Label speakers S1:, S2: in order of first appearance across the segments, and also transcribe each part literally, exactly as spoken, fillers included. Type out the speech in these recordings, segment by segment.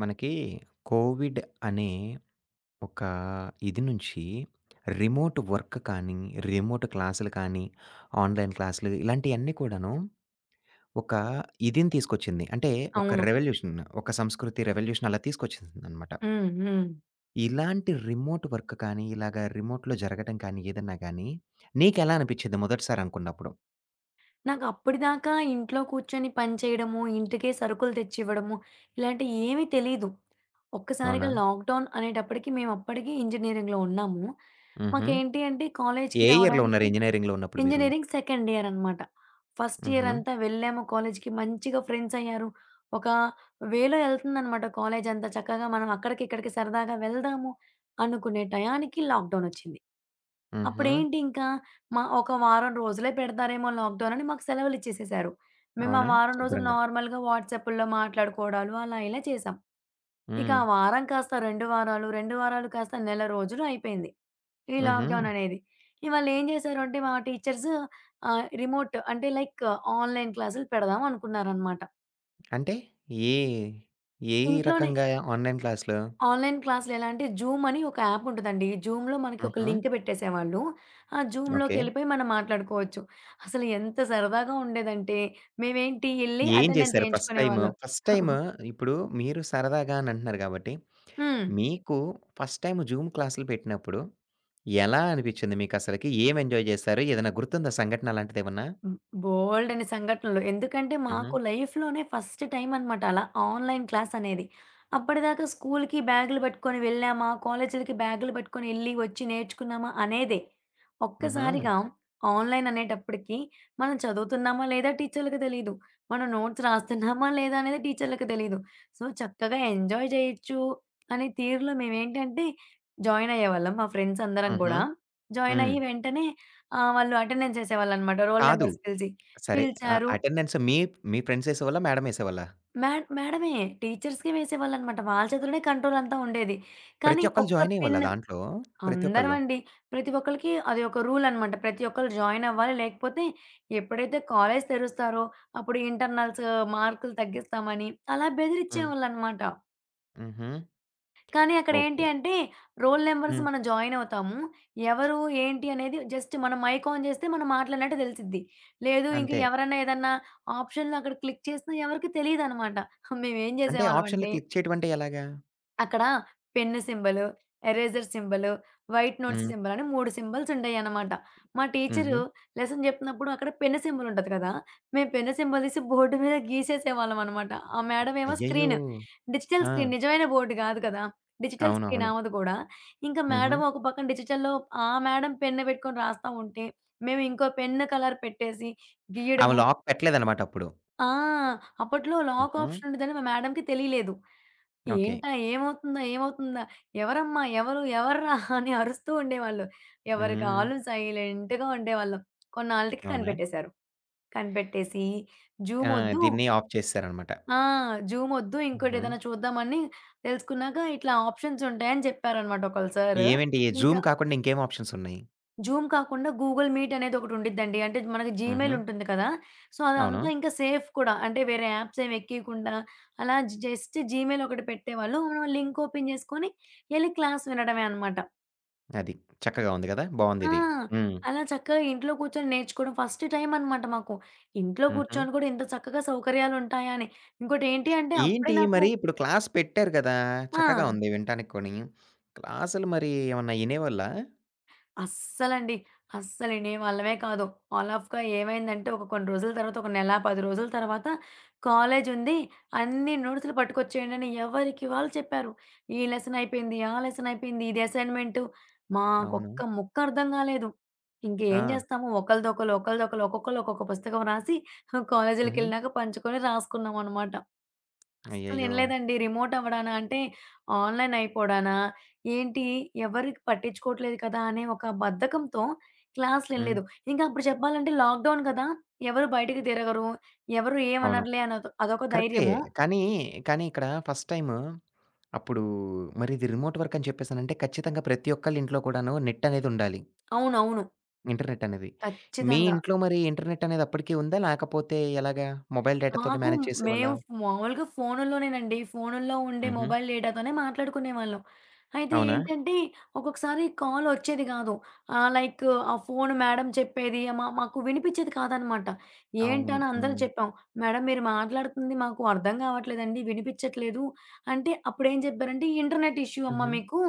S1: మనకి కోవిడ్ అనే ఒక ఇది నుంచి రిమోట్ వర్క్ కానీ, రిమోట్ క్లాసులు కానీ, ఆన్‌లైన్ క్లాసులు ఇలాంటియన్నీ కూడాను ఒక ఇదిని తీసుకొచ్చింది. అంటే ఒక
S2: అవును.
S1: రెవల్యూషన్, ఒక సంస్కృతి రెవల్యూషన్ అలా తీసుకొచ్చేసిందనమాట.
S2: హ్మ్. హ్మ్.
S1: ఇలాంటి రిమోట్ వర్క్ కానీ, ఇలాగ రిమోట్‌లో జరగటం కానీ, ఏదన్నా గానీ నీకెలా అనిపిచ్చింది మొదటిసారి అనుకున్నప్పుడు?
S2: నాకప్పటిదాకా ఇంట్లో కూర్చొని పని చేయడము, ఇంటికే సరుకులు తెచ్చివ్వడము, ఇలాంటియి ఏమీ తెలీదు. ఒక్కసారిగా
S1: అవునా?
S2: లాక్‌డౌన్ అనేటప్పటికి మేమప్పటికి ఇంజినీరింగ్‌లో ఉన్నాము.
S1: హుహు.
S2: మాకేంటి అంటే కాలేజ్‌కి
S1: ఏ ఇయర్‌లో ఉన్నారు
S2: రావడానికి
S1: ఇంజినీరింగ్‌లో ఉన్నప్పుడు మీరు?
S2: ఇంజినీరింగ్ సెకండ్ ఇయర్ అనమాట. ఫస్ట్ ఇయర్
S1: హుహు.
S2: అంతా వెళ్ళాము కాలేజ్‌కి మంచిగా ఫ్రెండ్స్ అయ్యారు. ఒక వేలో ఎళ్తుందనమాట కాలేజంతా. చక్కగా మనం అక్కడికి, ఇక్కడికి సరదాగా వెళ్దాము అనుకునే టయానికి లాక్‌డౌనొచ్చింది.
S1: హుహు.
S2: అప్పుడేంటి ఇంకా మా ఒక వారం రోజులే పెడతారేమో లాక్‌డౌనని మాకు సెలవులిచ్చేసేశారు. మేము ఆ
S1: అవునా?
S2: వారం రోజులు
S1: శుభ్రంగా.
S2: నార్మల్‌గా వాట్సాపుల్లో మాట్లాడుకోవడాలు అలా ఇలా చేశాం. ఇక
S1: హ్మ్.
S2: ఆ వారం కాస్త రెండు వారాలు, రెండు వారాలు కాస్త నెల రోజులు అయిపోయింది. ఈ
S1: హుహు.
S2: లాక్‌డౌననేది. ఇగ వాళ్ళేం జేశారు అంటే మా టీచర్స్ ఆహ్, రిమోట్ అంటే లైక్ ఆన్‌లైన్ క్లాసులు పెడదాం అనుకున్నారనమాట.
S1: అంటే ఏ ఏ
S2: ఇంట్లోనే
S1: రకంగా ఆన్‌లైన్ క్లాస్‌లు?
S2: ఆన్‌లైన్ క్లాసులు ఎలా అంటే జూమ్ అని ఒక యాప్ ఉంటదండి. జూమ్‌లో మనకి ఒక
S1: హుహు.
S2: లింక్ పెట్టేసేవాళ్ళు. ఆ
S1: ఓకే.
S2: జూమ్‌లోకెళ్ళిపోయి మనం మాట్లాడుకోవచ్చు. అసలు ఎంత సరదాగా ఉండేదంటే మేమేంటి ఎళ్లి
S1: ఏం
S2: అటెండెన్స్
S1: చేశారు ఫస్ట్ టైము?
S2: ఏయించుకునేవాళ్ళం.
S1: ఫస్ట్ టైము ఇప్పుడు మీరు సరదాగా అని అంటున్నారు కాబట్టి,
S2: హ్మ్.
S1: మీకు ఫస్ట్ టైమ్ జూమ్ క్లాసులు పెట్టినప్పుడు ఎలా అనిపించింది మీకసలకి? ఏం ఎంజాయ్ చేశారు? ఏదైనా గుర్తుందా సంఘటన అలాంటిదేమన్నా?
S2: హ్మ్. బోలెడన్ని సంఘటనలు. ఎందుకంటే
S1: హుహు.
S2: మాకు లైఫ్‌లోనే ఫస్ట్ టైమ్ అనమాట అలా ఆన్‌లైన్ క్లాస్ అనేది. అప్పటిదాకా స్కూల్‌కి బ్యాగులు పట్టుకొని వెళ్ళామా, కాలేజీలకి బ్యాగులు పట్టుకొని ఎళ్లి వచ్చి నేర్చుకున్నామా అనేదే.
S1: హుహు.
S2: ఒక్కసారిగా ఆన్‌లైన్ అనేటప్పటికి మనం చదువుతున్నామా లేదా టీచర్‌లకి తెలీదు. మనం నోట్స్ రాస్తున్నామా లేదా అనేది టీచర్‌లకి తెలీదు. సో, చక్కగా ఎంజాయ్ చేయొచ్చు అనే తీరులో మేమేంటంటే జాయిన్ అయ్యేవాళ్ళం. మా ఫ్రెండ్స్ అందరం
S1: హుహు.
S2: గూడా. జాయిన్
S1: హ్మ్.
S2: అయ్యి వెంటనే ఆ! వాళ్ళు అటెండెన్స్ ఏసేవాళ్ళనమాట. రోల్
S1: కాదు.
S2: నంబర్స్ పిలిచి.
S1: సరే. అ
S2: పిలిచారు.
S1: అటెండెన్స్ మీ మీ ఫ్రెండ్స్ ఏసేవాళ్ళా? మేడమ్ ఏసేవాళ్ళా?
S2: మేడ్ మేడమే. టీచర్స్‌కే వేసేవాళ్ళనమాట. వాళ్ళ చేతుల్లోనే కంట్రోల్ అంతా ఉండేది. కానీ
S1: ప్రతి ఒక్కళ్ళు
S2: ఒక్క
S1: జాయిన్
S2: పెన్
S1: అయ్యేవాళ్ళా దాంట్లో? ప్రతి ఒక్కళ్ళు?
S2: అందరమండి. ప్రతి ఒక్కళ్ళకి అది ఒక రూల్ అనమాట. ప్రతి ఒక్కళ్ళు జాయిన్ అవ్వాలి. లేకపోతే ఎప్పుడైతే కాలేజ్ తెరుస్తారో అప్పుడు ఇంటర్నల్స్ మార్కులు తగ్గిస్తామని అలా
S1: హ్మ్.
S2: బెదిరిచ్చేవాళ్ళనమాట.
S1: హుహు.
S2: కానీ అక్కడేంటి
S1: ఓకే.
S2: అంటే, రోల్ నంబర్స్
S1: హ్మ్.
S2: మనం జాయిన్ అవుతాము. ఎవరు, ఏంటి అనేది జస్ట్ మనం మైక్ ఆన్ చేస్తే మనం మాట్లాడినట్టు తెలిసిద్ది. లేదు ఇంక
S1: అంతే.
S2: ఎవరన్నా ఏదన్నా ఆప్షన్‌లో అక్కడ క్లిక్ చేసినా ఎవరికీ తెలీదనమాట. మేమేం
S1: అంటే ఆప్షన్‌లో
S2: చేసేవాళ్ళమంటే
S1: క్లిక్ చేయడం అంటే ఎలాగా?
S2: అక్కడ pen symbol, eraser symbol, white notes
S1: హ్మ్.
S2: సింబల్ అని మూడు సింబల్స్ ఉంటాయన్నమాట. మా టీచరు
S1: హుహు.
S2: లెసన్ జెప్పినప్పుడు అక్కడ పెన్ను సింబల్ ఉంటది కదా! మేము పెన్ను సింబల్ తీసి బోర్డు మీద గీసేసేవాళ్ళమనమాట. ఆ మేడమ్ ఏమో
S1: అయ్యయ్యో!
S2: స్క్రీను. డిజిటల్
S1: ఆ!
S2: స్క్రీన్ నిజమైన బోర్డు గాదు కదా! డిజిటల్ స్క్రీన్
S1: అవునవును.
S2: ఆమెది గూడా. ఇంకా
S1: హుహు.
S2: మేడమ్ ఒక పక్కన డిజిటల్‌లో ఆ మేడమ్ పెన్ను బెట్టుకొని రాస్తా ఉంటే, మేము ఇంకో పెన్ను కలర్ పెట్టేసి
S1: ఆమె
S2: గీయడము.
S1: లాక్ పెట్టలేదన్నమాట అప్పుడు.
S2: ఆ! అప్పట్లో లాక్
S1: హుహు.
S2: ఆప్షన్ ఉండదని మా మేడమ్‌కి తెలియలేదు.
S1: ఓకే.
S2: ఏంటా? ఏమవుతుందా? ఏమవుతుందా? ఎవరమ్మా? ఎవరు? ఎవర్రా? అని అరుస్తూ ఉండేవాళ్ళు. ఎవరికి
S1: హ్మ్.
S2: ఆళ్ళు సైలెంట్‌గా ఉండేవాళ్ళం. కొన్నాళ్ళకి
S1: అవునా?
S2: కనిపెట్టేశారు. కనిపెట్టేసి
S1: ఆ!
S2: జూమొద్దు
S1: దీన్ని ఆఫ్ చేసేసారన్నమాట.
S2: ఆ! జూమొద్దు
S1: హుహు.
S2: ఇంకోటేదైనా చూద్దామని తెలుసుకున్నాక ఇట్లా ఆప్షన్స్ ఉంటాయని చెప్పారనమాట ఒకళ్ళు సారు.
S1: ఏవేంటి
S2: ఇంక
S1: జూమ్ కాకుండా ఇంకేం ఆప్షన్స్ ఉన్నాయి?
S2: జూమ్ కాకుండా గూగుల్ మీట్ అనేది ఒకటుండిద్దండి. అంటే మనకి జీమెయిల్
S1: హుహు.
S2: ఉంటుంది కదా! సో,
S1: అవును.
S2: అదంతా ఇంకా సేఫ్ కూడా. అంటే వేరే యాప్స్ ఏమి ఎక్కియకుండా అలా జస్ట్ జీమెయిల్ ఒకటి పెట్టేవాళ్ళు. మనం లింక్ ఓపెన్ చేసుకొని ఎళ్లి క్లాస్ వినడమే అనమాట.
S1: అది. చక్కగా ఉంది కదా!
S2: ఆ!
S1: బావుందిది. హ్మ్.
S2: అలా చక్కగా ఇంట్లో కూర్చొని నేర్చుకోవడం ఫస్ట్ టైమ్ అనమాట మాకు. ఇంట్లో
S1: హుహు.
S2: కూర్చొని కూడా ఇంత చక్కగా సౌకర్యాలుంటాయా అని. ఇంకోటేంటి అంటే అప్పుడే
S1: ఏంటి
S2: నాకు
S1: మరి ఇప్పుడు క్లాస్ పెట్టారు కదా! చక్కగా
S2: ఆ!
S1: ఉంది వినటానికి కూని. క్లాసులు మరి ఏమన్నా ఇనేవాళ్ళా?
S2: అస్సలండి. అస్సలండి. వాళ్ళమే కాదు. ఆల్ ఆఫ్‌గా ఏమైందంటే ఒక కొన్ని రోజుల తర్వాత, ఒక నెల, పది రోజుల తర్వాత కాలేజుంది. అన్ని నోట్స్‌లు పట్టుకొచ్చేయండని ఎవరికి వాళ్ళు చెప్పారు. ఈ లెసన్ అయిపోయింది, ఆ లెసన్ అయిపోయింది, ఇది అసైన్‌మెంటు.
S1: అవును.
S2: మాకొక్క ముక్క అర్థం కాలేదు. ఇంకేం
S1: ఆ!
S2: చేస్తాము ఒకళ్ళదొకళ్ళు, ఒకళ్ళదొకళ్ళు, ఒక్కొక్కళ్ళు ఒక్కొక్క పుస్తకం రాసి
S1: హుహు.
S2: కాలేజీలకెళ్ళినాక పంచుకొని రాసుకున్నామనమాట.
S1: అయ్యయ్యో!
S2: అస్సలినలేదండి. రిమోట్ అవ్వడానా? అంటే ఆన్‌లైన్ అయిపోడానా? ఏంటి ఎవరికి పట్టించుకోవట్లేదు కదా! అనే ఒక బద్ధకంతో
S1: హ్మ్.
S2: క్లాసులినలేదు. ఇంకా అప్పుడు చెప్పాలంటే లాక్‌డౌన్ కదా! ఎవరు బయటికి తిరగరు. ఎవరు
S1: అవును.
S2: ఏమనరులే అనొక అదొక
S1: కరెక్టే.
S2: ధైర్యము.
S1: కానీ, కానీ ఇక్కడ ఫస్ట్ టైము అప్పుడు మరిది రిమోట్ వర్క్ అని చెప్పేసనంటే ఖచ్చితంగా ప్రతి ఒక్కళ్ళ ఇంట్లో కూడాను నెట్ అనేది ఉండాలి.
S2: అవునవును.
S1: ఇంటర్నెట్ అనేది. మీ
S2: ఖచ్చితంగా.
S1: ఇంట్లో మరి ఇంటర్నెట్ అనేది అప్పటికి ఉందా? లేకపోతే ఎలాగా? మొబైల్ డేటాతోటి
S2: మాకు
S1: మేనేజ్
S2: మేము
S1: చేసేవాళ్ళా?
S2: మామూలుగా ఫోనుల్లోనేనండి. ఫోనుల్లో ఉండే
S1: హుహు.
S2: మొబైల్ డేటాతోనే మాట్లాడుకునేవాళ్ళం. అయితే
S1: అవునా?
S2: ఏంటంటే, ఒక్కొక్కసారి కాలొచ్చేది గాదు. ఆహ్, లైక్ ఆ ఫోను మేడం చెప్పేది మా మాకు వినిపిచ్చేది కాదనమాట. ఏంటా
S1: అవును.
S2: అని అందరం
S1: హ్మ్.
S2: చెప్పాం. మేడం మీరు మాట్లాడుతుంది మాకు అర్థం గావట్లేదండి, వినిపిచ్చట్లేదు. అంటే అప్పుడేం చెప్పారంటే, ఇంటర్నెట్ ఇష్యూ అమ్మా
S1: హుహు.
S2: మీకు.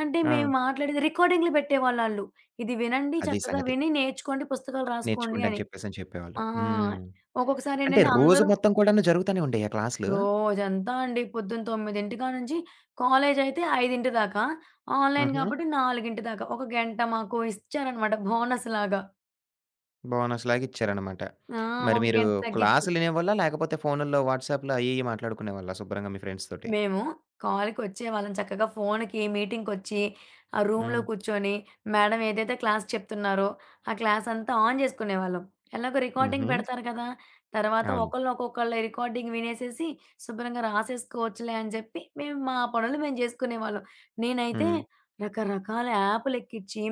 S2: అంటే మేము
S1: ఆ!
S2: మాట్లాడేది రికార్డింగ్‌లు పెట్టేవాళ్ళాళ్ళు. ఇది వినండి,
S1: అది
S2: చక్కగా
S1: సంగతి.
S2: విని నేర్చుకోండి, పుస్తకాలు రాసుకోండి
S1: నేర్చుకోండి అని
S2: అని.
S1: చెప్పేసని చెప్పేవాళ్ళు.
S2: ఆ!
S1: హ్మ్. అంటే
S2: ఒక్కొక్కసారేంటంటే
S1: రోజు
S2: అందరూ
S1: మొత్తం కూడాను జరుగుతానే ఉండేయా క్లాసులు?
S2: రోజంతా అండి. పొద్దున తొమ్మిది కానుంచి కాలేజయితే ఐదు దాకా. ఆన్‌లైన్
S1: హుహు.
S2: గాబట్టి నాలుగు దాకా. ఒక గంట మాకు ఇచ్చారనమాట బోనస్‌లాగా.
S1: బోనస్‌లాగా ఇచ్చారనమాట.
S2: ఆ!
S1: మరి
S2: ఒక
S1: మీరు
S2: గంట తగ్గిచ్చి.
S1: క్లాసులు వినేవాళ్ళా? లేకపోతే ఫోనుల్లో, వాట్సాప్‌లో అయి ఇయి మాట్లాడుకునేవాళ్ళా శుభ్రంగా మీ ఫ్రెండ్స్ తోటి?
S2: మేము కాల్‌కొచ్చేవాళ్ళం. చక్కగా ఫోన్‌కి మీటింగ్‌కొచ్చి, ఆ రూమ్‌లో
S1: హ్మ్.
S2: కూర్చొని, మేడం ఏదైతే క్లాస్ చెప్తున్నారో, ఆ క్లాస్ అంతా ఆన్ జేసుకునేవాళ్ళం. ఎలాగో రికార్డింగ్
S1: హుహు.
S2: పెడతారు కదా! తర్వాత
S1: అవును.
S2: ఒకళ్ళు ఒక్కొక్కళ్ళ రికార్డింగ్ వినేసేసి, శుభ్రంగా రాసేసుకోవచ్చులే అని జెప్పి, మేము మా పనులు మేము జేసుకునేవాళ్ళం. నేనైతే
S1: హ్మ్.
S2: రకరకాల యాపులెక్కిచ్చి,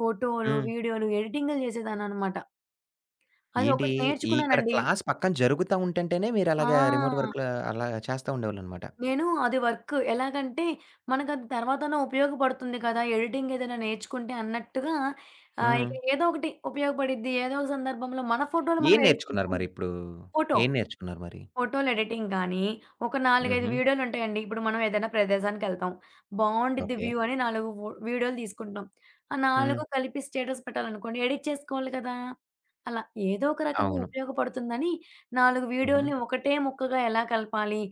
S2: ఫోటోలు,
S1: హ్మ్.
S2: వీడియోలు, ఎడిటింగులు జేసేదాన్ననమాట. అది
S1: ఏంటి
S2: ఒకటి
S1: ఇక్కడ
S2: నేర్చుకున్నానండి.
S1: క్లాస్ పక్కన జరుగుతా ఉంటంటేనే మీరలాగా రిమోట్
S2: ఆ!
S1: వర్క్‌లో అలా చేస్తా ఉండేవాళ్ళనమాట.
S2: నేను అది వర్క్. ఎలాగంటే, మనకది తర్వాతన్నా ఉపయోగపడుతుంది కదా! ఎడిటింగ్ ఏదైనా నేర్చుకుంటే అన్నట్టుగా ఆహ్,
S1: హ్మ్.
S2: ఇక ఏదో ఒకటి ఉపయోగపడిద్ది. ఏదో ఒక సందర్భంలో మన ఫోటోలు మనం
S1: ఏం
S2: ఎడిట్
S1: నేర్చుకున్నారు మరి
S2: చేసుకుంటాం.
S1: ఇప్పుడు?
S2: ఫోటో,
S1: ఏం నేర్చుకున్నారు మరి?
S2: ఫోటోలు ఎడిటింగ్ గానీ, ఒక నాలుగు, ఐదు
S1: హుహు.
S2: వీడియోలుంటాయండి. ఇప్పుడు మనం ఏదైనా ప్రదేశానికెళ్తాం. బావుండిద్ది
S1: ఓకే.
S2: వ్యూ అని నాలుగు వ వీడియోలు తీసుకుంటాం. ఆ
S1: హ్మ్.
S2: నాలుగు కలిపి స్టేటస్ పెట్టాలనుకోండి, ఎడిట్ చేసుకోవాలి కదా! అలా ఏదో ఒక రకంగా
S1: అవును.
S2: ఉపయోగపడుతుందని నాలుగు
S1: హుహు.
S2: వీడియోలని ఒకటే ముక్కగా ఎలా కలపాలి,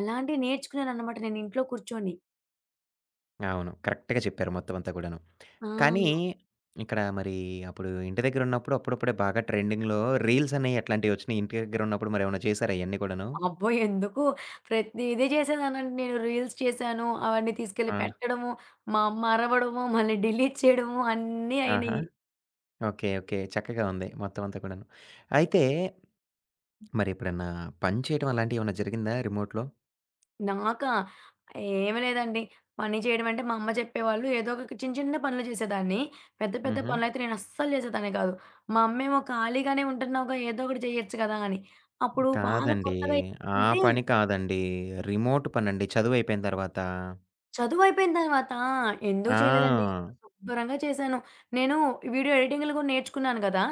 S2: అలాంటివి నేర్చుకున్నాననమాట నేను ఇంట్లో కూర్చొని.
S1: అవును. కరెక్ట్‌గా చెప్పారు మొత్తం అంతా కూడాను. కానీ,
S2: ఆ!
S1: ఇక్కడ మరి అప్పుడు ఇంటి దగ్గరున్నప్పుడు అప్పుడప్పుడే బాగా ట్రెండింగ్‌లో రీల్స్ అనేయి అట్లాంటివొచ్చినియి. ఇంటి దగ్గరున్నప్పుడు మరేమన్నా చేసారా ఇయన్నీ కూడాను?
S2: అబ్బో! ఎందుకు ప్రతీదీ చేసేదానండి నేను. రీల్స్ చేశాను, అవన్నీ తీసుకెళ్ళి
S1: ఆ!
S2: పెట్టడము, మా అమ్మ అరవడము, మళ్ళీ డిలీట్ చేయడము అన్నీ
S1: ఆహా!
S2: అయినియి.
S1: ఓకే. ఓకే. చక్కగా ఉంది మొత్తం అంతా కూడాను. అయితే మరెప్పుడన్నా పని చేయడం అలాంటియేమన్నా జరిగిందా రిమోట్‌లో?
S2: నాకా? ఏమి లేదండి. పని చేయడం అంటే మా అమ్మ చెప్పేవాళ్ళు. ఏదో ఒక చిన్న చిన్న పనులు చేసేదాన్ని. పెద్ద పెద్ద
S1: హుహు.
S2: పనులైతే నేను అస్సలు చేసేదాన్ని కాదు. మా అమ్మేమో "ఖాళీగానే ఉంటున్నావుగా ఏదో ఒకటి చేయొచ్చు కదా!" అని. అప్పుడు బాగా
S1: కాదండి.
S2: కొత్తగా
S1: ఆ
S2: ఏంటంటే
S1: పని కాదండి. రిమోట్ పనండి చదువయిపోయిన తర్వాత.
S2: చదువయిపోయిన తర్వాత ఎందుకు చేయలేదండి.
S1: ఆ!
S2: శుభ్రంగా చేశాను. నేను వీడియో ఎడిటింగ్‌లు గూడా నేర్చుకున్నాను గదా!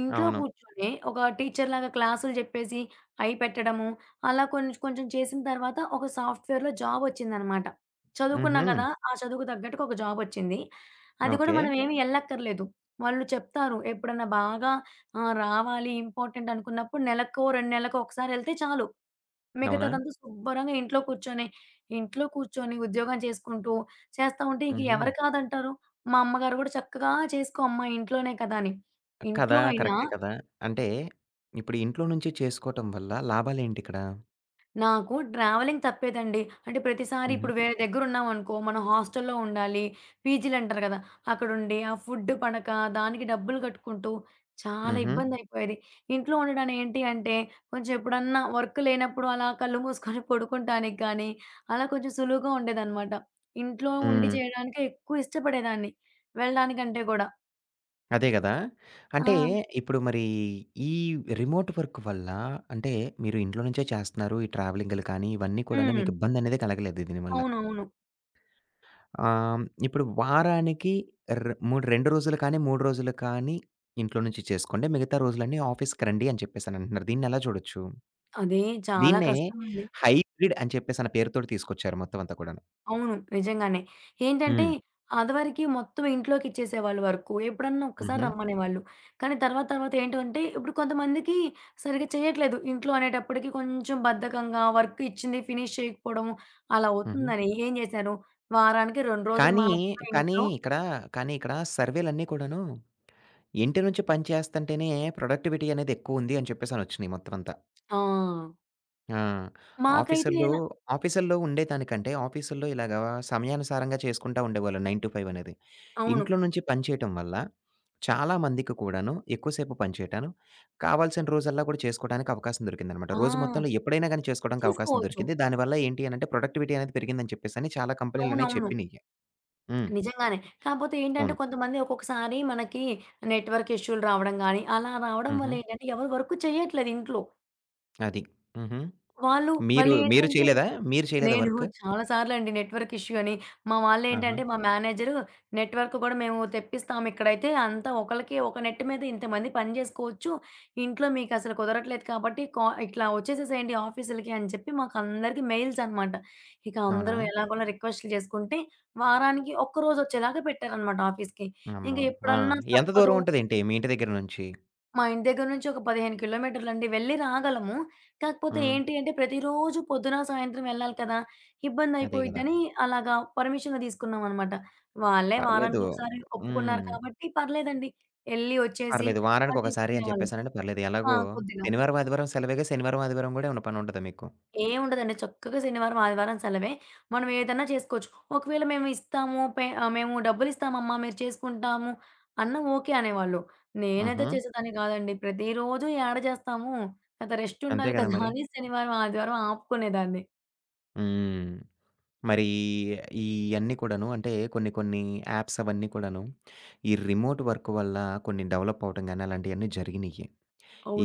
S2: ఇంట్లో
S1: అవును.
S2: కూర్చొని ఒక టీచర్‌లాగా క్లాసులు జెప్పేసి, అయి పెట్టడము, అలా కొంచెం కొంచెం చేసిన తర్వాత ఒక సాఫ్ట్‌వేర్‌లో జాబొచ్చిందనమాట. చదువుకున్నాం
S1: హుహు.
S2: గదా! ఆ చదువుకు తగ్గట్టుగా ఒక జాబొచ్చింది. అది గూడా
S1: ఓకే.
S2: మనం ఏమి ఎళ్ళక్కర్లేదు. వాళ్ళు చెప్తారు. ఎప్పుడన్నా బాగా ఆహ్, రావాలి ఇంపార్టెంట్ అనుకున్నప్పుడు నెలకో, రెండు నెలలకో ఒకసారి ఎళ్తే చాలు.
S1: అవునా?
S2: మిగతాదంతా శుభ్రంగా ఇంట్లో కూర్చొని, ఇంట్లో కూర్చొని ఉద్యోగం చేసుకుంటూ, చేస్తా ఉంటే ఇంక
S1: హుహు.
S2: ఎవరు కాదంటారు? మా అమ్మగారు గూడా చక్కగా "చేసుకో అమ్మ ఇంట్లోనే కదా!" అని.
S1: కదా!
S2: ఇంట్లో అయినా
S1: కరెక్టే కదా! అంటే ఇప్పుడు ఇంట్లో నుంచి చేసుకోవటం వల్ల లాభాలేంటిక్కడ?
S2: నాకు ట్రావెలింగ్ తప్పేదండి. అంటే ప్రతిసారి
S1: హుహు.
S2: ఇప్పుడు వేరే దగ్గరున్నామనుకో, మనం హాస్టల్‌లో ఉండాలి. పీజీలంటారు కదా! అక్కడుండి ఆ ఫుడ్ పడక, దానికి డబ్బులు కట్టుకుంటూ చాలా
S1: హుహు.
S2: ఇబ్బందయిపోయేది. ఇంట్లో ఉండడం ఏంటి అంటే, కొంచెం ఎప్పుడన్నా వర్క్ లేనప్పుడు అలా కళ్ళు మూసుకొని పడుకుంటానికి కానీ, అలా కొంచెం సులువుగా ఉండేదనమాట. ఇంట్లో ఉండి
S1: హ్మ్.
S2: చేయడానికే ఎక్కువ ఇష్టపడేదాన్ని. వెళ్ళడానికంటే గూడా.
S1: అదే గదా!
S2: ఆ!
S1: అంటే ఇప్పుడు మరి ఈ రిమోట్ వర్క్ వల్ల అంటే మీరు ఇంట్లో నుంచే చేస్తున్నారు. ఈ ట్రావెలింగులు కానీ ఇవన్నీ కూడాను
S2: హ్మ్.
S1: మీకు ఇబ్బందనేది కలగలేదు దీనివల్ల.
S2: అవునవును.
S1: ఆహ్, ఇప్పుడు వారానికి ర్ మూడు రెండు రోజులు కానీ, మూడు రోజులు కానీ ఇంట్లో నుంచి చేసుకోండి. మిగతా రోజులన్నీ ఆఫీస్‌కి రండి అని చెప్పేసనంటున్నారు. దీన్నెలా చూడొచ్చు?
S2: అదే చాలా
S1: దీన్నే
S2: కష్టమండి.
S1: హైబ్రిడ్ అని చెప్పేసన్న పేరుతోటి తీసుకొచ్చారు మొత్తం అంతా కూడాను.
S2: అవును. నిజంగానే. ఏంటంటే,
S1: హ్మ్.
S2: ఆదివరకి మొత్తం ఇంట్లోకిచ్చేసేవాళ్ళు వర్కు. ఎప్పుడన్నా ఒక్కసారి
S1: హుహు.
S2: రమ్మనేవాళ్ళు. కానీ తర్వాత తర్వాత ఏంటంటే, ఇప్పుడు కొంతమందికి సరిగ్గా చేయట్లేదు. ఇంట్లో అనేటప్పటికి కొంచెం బద్ధకంగా వర్క్ ఇచ్చింది ఫినిష్ చేయకపోవడం అలా
S1: హుహు.
S2: అవుతుందని ఏం చేశారు, వారానికి రెండు రోజులు
S1: కానీ,
S2: మాత్రమే
S1: కానీ
S2: ఇంట్లో
S1: ఇక్కడ కానీ ఇక్కడ సర్వేలన్నీ కూడాను ఇంటి నుంచి పని చేస్తంటేనే ప్రొడక్టివిటీ అనేది ఎక్కువుంది అని చెప్పేసనొచ్చినియి మొత్తమంతా.
S2: ఆ!
S1: ఆ!
S2: మాకైతే
S1: ఆఫీసుల్లో
S2: ఎలా
S1: ఆఫీసుల్లో ఉండేదానికంటే ఆఫీసుల్లో ఇలాగ సమయానుసారంగా చేసుకుంటా ఉండేవాళ్ళు తొమ్మిది అయిదు అనేది.
S2: అవును.
S1: ఇంట్లో నుంచి పని చేయటం వల్ల చాలా మందికి కూడాను ఎక్కువ సేపు పని చేయటాను, కావాల్సిన రోజల్లా కూడా చేసుకోవడానికి అవకాశం దొరికిందనమాట. రోజు
S2: ఆ!
S1: మొత్తంలో ఎప్పుడైనా గాని చేసుకోవడానికి అవకాశం
S2: చేసుకోవచ్చు.
S1: దొరికింది. దానివల్ల ఏంటి అనంటే ప్రొడక్టివిటీ అనేది పెరిగిందని చెప్పేసని చాలా కంపెనీలనేయి
S2: అవునవును.
S1: చెప్పినియి. హ్మ్.
S2: నిజంగానే. కాపోతే ఏంటంటే
S1: అవును.
S2: కొంతమంది ఒక్కొక్కసారి మనకి నెట్‌వర్క్ ఇష్యూలు రావడం గాని, అలా రావడం వల్ల
S1: హుహు.
S2: ఏంటంటే ఎవరు వర్క్ చేయట్లేదు ఇంట్లో.
S1: అది. హుహు.
S2: వాళ్ళు
S1: మీరు
S2: మళ్ళీ
S1: మీరు
S2: ఏంటంటే
S1: చేయలేదా? మీరు చేయలేదా
S2: నేను
S1: వర్క్?
S2: చాలా సార్లండి నెట్‌వర్క్ ఇష్యూ అని, మా
S1: ఆహా!
S2: వాళ్ళేంటంటే మా మేనేజరు నెట్‌వర్క్ గూడా మేము తెప్పిస్తాం ఇక్కడైతే అంతా ఒకళ్ళకి ఒక నెట్ మీద ఇంతమంది పని జేసుకోవచ్చు. ఇంట్లో మీకసలు కుదరట్లేదు కాబట్టి కా ఇట్లా వచ్చేసేసేయండి ఆఫీసులకి అని చెప్పి మాకందరికీ మెయిల్స్ అన్నమాట. ఇక
S1: అవునా?
S2: అందరూ ఎలాగోలా రిక్వెస్ట్‌లు జేసుకుంటే వారానికి ఒక్కరోజు వచ్చేలాగా పెట్టారన్నమాట ఆఫీస్‌కి. ఇంక
S1: అమ్మో! ఆ!
S2: ఎప్పుడన్నా
S1: ఎంత దూరం
S2: తప్పదు
S1: ఉంటదేంటి మీ ఇంటి దగ్గర నుంచి?
S2: మా ఇంటి దగ్గర నుంచి ఒక పదిహేను కిలోమీటర్లండి. వెళ్లి రాగలము. కాకపోతే
S1: హ్మ్.
S2: ఏంటి అంటే ప్రతిరోజు పొద్దున, సాయంత్రం వెళ్ళాలి కదా!
S1: అదే గదా!
S2: ఇబ్బందయిపోయిద్దని అలాగా పర్మిషన్ తీసుకున్నామనమాట. వాళ్ళే
S1: పర్లేదు.
S2: వారానికొకసారి ఒప్పుకున్నారు
S1: హ్మ్.
S2: కాబట్టి పర్లేదండి. ఎళ్లి, ఒచ్చేసి
S1: పర్లేదు.
S2: అలా
S1: వారానికొకసారి అని
S2: తీసుకునేవాళ్ళం.
S1: చెప్పేసనంటే పర్లేదు.
S2: ఆ!
S1: ఎలాగో
S2: కొద్దిగా.
S1: శనివారం, ఆదివారం సెలవేగా శనివారం, ఆదివారం గూడా ఏమన్నా పనుంటదా మీకు?
S2: ఏముండదండి. చక్కగా శనివారం, ఆదివారం సెలవే. మనం ఏదన్నా చేసుకోవచ్చు. ఒకవేళ మేము ఇస్తాము, పే ఆహ్, మేము డబ్బులిస్తామమ్మా మీరు చేసుకుంటాము అన్నా ఓకే అనేవాళ్ళు. నేనైతే
S1: హుహు.
S2: చేసేదాన్ని కాదండి. ప్రతిరోజు యాడ చేస్తాము? కదా! రెస్ట్
S1: అంతే
S2: ఉండాలి
S1: గదా
S2: కదా!
S1: మరి.
S2: అని శనివారం, ఆదివారం ఆపుకునేదాన్ని.
S1: హ్మ్. మరి ఇయన్నీ కూడాను అంటే కొన్ని కొన్ని యాప్స్ అవన్నీ కూడాను ఈ రిమోట్ వర్క్ వల్ల కొన్ని డెవలప్ అవ్వటం గాని అలాంటియన్నీ జరిగినియి.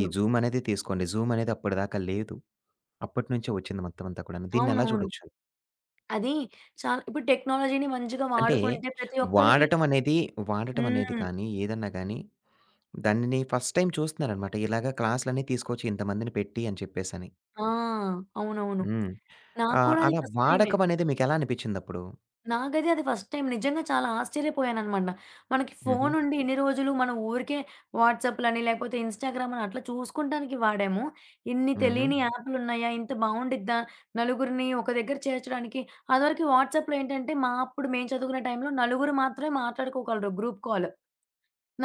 S1: ఈ జూమ్ అనేది తీసుకోండి. జూమ్ అనేది అప్పటిదాకా లేదు. అప్పటినుంచే వచ్చింది మొత్తం అంతా కూడాను. దీన్నెలా
S2: అవునవును.
S1: చూడొచ్చు?
S2: అది చాలా ఇప్పుడు టెక్నాలజీని మంచిగా
S1: అంటే
S2: వాడుకుంటే ప్రతి ఒక్కళ్ళకి
S1: వాడటం అనేది, వాడటం అనేది
S2: హ్మ్.
S1: కానీ ఏదన్నా గానీ దానిని ఫస్ట్ టైమ్ చూస్తున్నారనమాట. ఇలాగ క్లాసులన్నీ తీసుకొచ్చి ఇంతమందిని పెట్టి అని చెప్పేసని.
S2: ఆ! అవునవును.
S1: హ్మ్.
S2: నాకు
S1: ఆహ్,
S2: కూడా అది
S1: అలా
S2: ఫస్ట్ టైమే.
S1: వాడకం అనేది మీకెలా అనిపిచ్చిందప్పుడు?
S2: నాకైతే అది ఫస్ట్ టైం నిజంగా చాలా ఆశ్చర్యపోయాననమాట. మనకి
S1: హుహు.
S2: ఫోనుండి ఇన్ని రోజులు మనం ఊరికే వాట్సాప్‌లని లేకపోతే ఇన్‌స్టాగ్రామ్ అని అట్లా చూసుకుంటానికి వాడాము. ఇన్ని
S1: హుహు.
S2: తెలియని యాపులున్నాయా? ఇంత బావుండిద్దా? నలుగురిని ఒక దగ్గర చేర్చడానికి అదివరకు వాట్సాప్‌లో ఏంటంటే, మా అప్పుడు మేము చదువుకునే టైంలో నలుగురు మాత్రమే మాట్లాడుకోగలరు గ్రూప్ కాల్.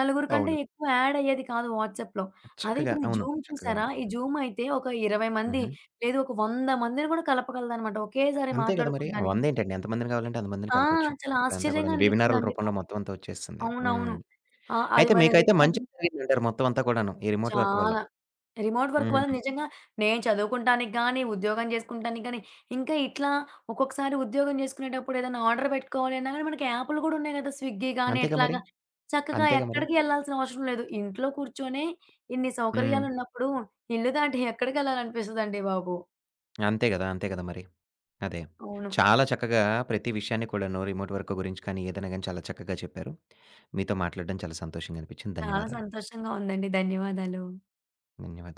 S2: నలుగురు కంటే
S1: అవును.
S2: ఎక్కువ యాడ్ అయ్యేది కాదు వాట్సాప్‌లో. అదే
S1: చక్కగా
S2: ఇప్పుడు ఈ
S1: అవును.
S2: జూమ్
S1: చక్కగా
S2: చూసారా?
S1: ఉంది.
S2: ఈ జూమ్ అయితే ఒక ఇరవై మంది
S1: హుహు.
S2: లేదు ఒక వంద మందిని కూడా కలపగలదనమాట ఒకేసారి
S1: అంతే గదా మరి.
S2: మాట్లాడుకుంటానికి.
S1: వందేంటండి ఎంతమందిని కావాలంటే అంతమందిని
S2: ఆ!
S1: కలపొచ్చు.
S2: చాలా
S1: ఇప్పుడంతా
S2: ఆశ్చర్యంగా
S1: కూడాను వెబినార్‌ల
S2: అనిపించిందండి
S1: రూపంలో
S2: నాకు.
S1: మొత్తం అంతా వచ్చేస్తుంది.
S2: అవునవును.
S1: హ్మ్.
S2: ఆ! అది
S1: అయితే
S2: మరి
S1: మీకైతే మంచి
S2: రికార్డింగ్
S1: జరిగిందంటారు మొత్తం అంతా కూడాను. ఈ రిమోట్ వర్క్ వల్ల.
S2: చాలా. రిమోట్ వర్క్
S1: హ్మ్.
S2: వల్ల నిజంగా నేను చదువుకుంటానికి గానీ, ఉద్యోగం చేసుకుంటానికి గానీ, ఇంకా ఇట్లా ఒక్కొక్కసారి ఉద్యోగం చేసుకునేటప్పుడు ఏదైనా ఆర్డర్ పెట్టుకోవాలి అన్నా గానీ, మనకి యాపులు గూడా ఉన్నాయి గదా! స్విగ్గీ గానీ,
S1: అంతేగా మరి.
S2: ఎట్లాగా చక్కగా
S1: అంతేగా మరి.
S2: ఎక్కడికి ఎళ్ళాల్సిన అవసరం లేదు. ఇంట్లో కూర్చొనే ఇన్ని
S1: హ్మ్.
S2: సౌకర్యాలున్నప్పుడు ఇల్లు దాటి ఎక్కడికెళ్ళాలనిపిస్తదండి బాబు!
S1: అంతే గదా! అంతే గదా! మరి. అదే.
S2: అవును.
S1: చాలా చక్కగా ప్రతి విషయాన్ని కూడాను రిమోట్ వర్క్ గురించి కానీ, ఏదైనా గాని చాలా చక్కగా చెప్పారు. మీతో మాట్లాడడం చాలా సంతోషంగా అనిపించింది.
S2: చాలా
S1: ధన్యవాదాలు.
S2: సంతోషంగా ఉందండి. ధన్యవాదాలు.
S1: ధన్యవాదాలు.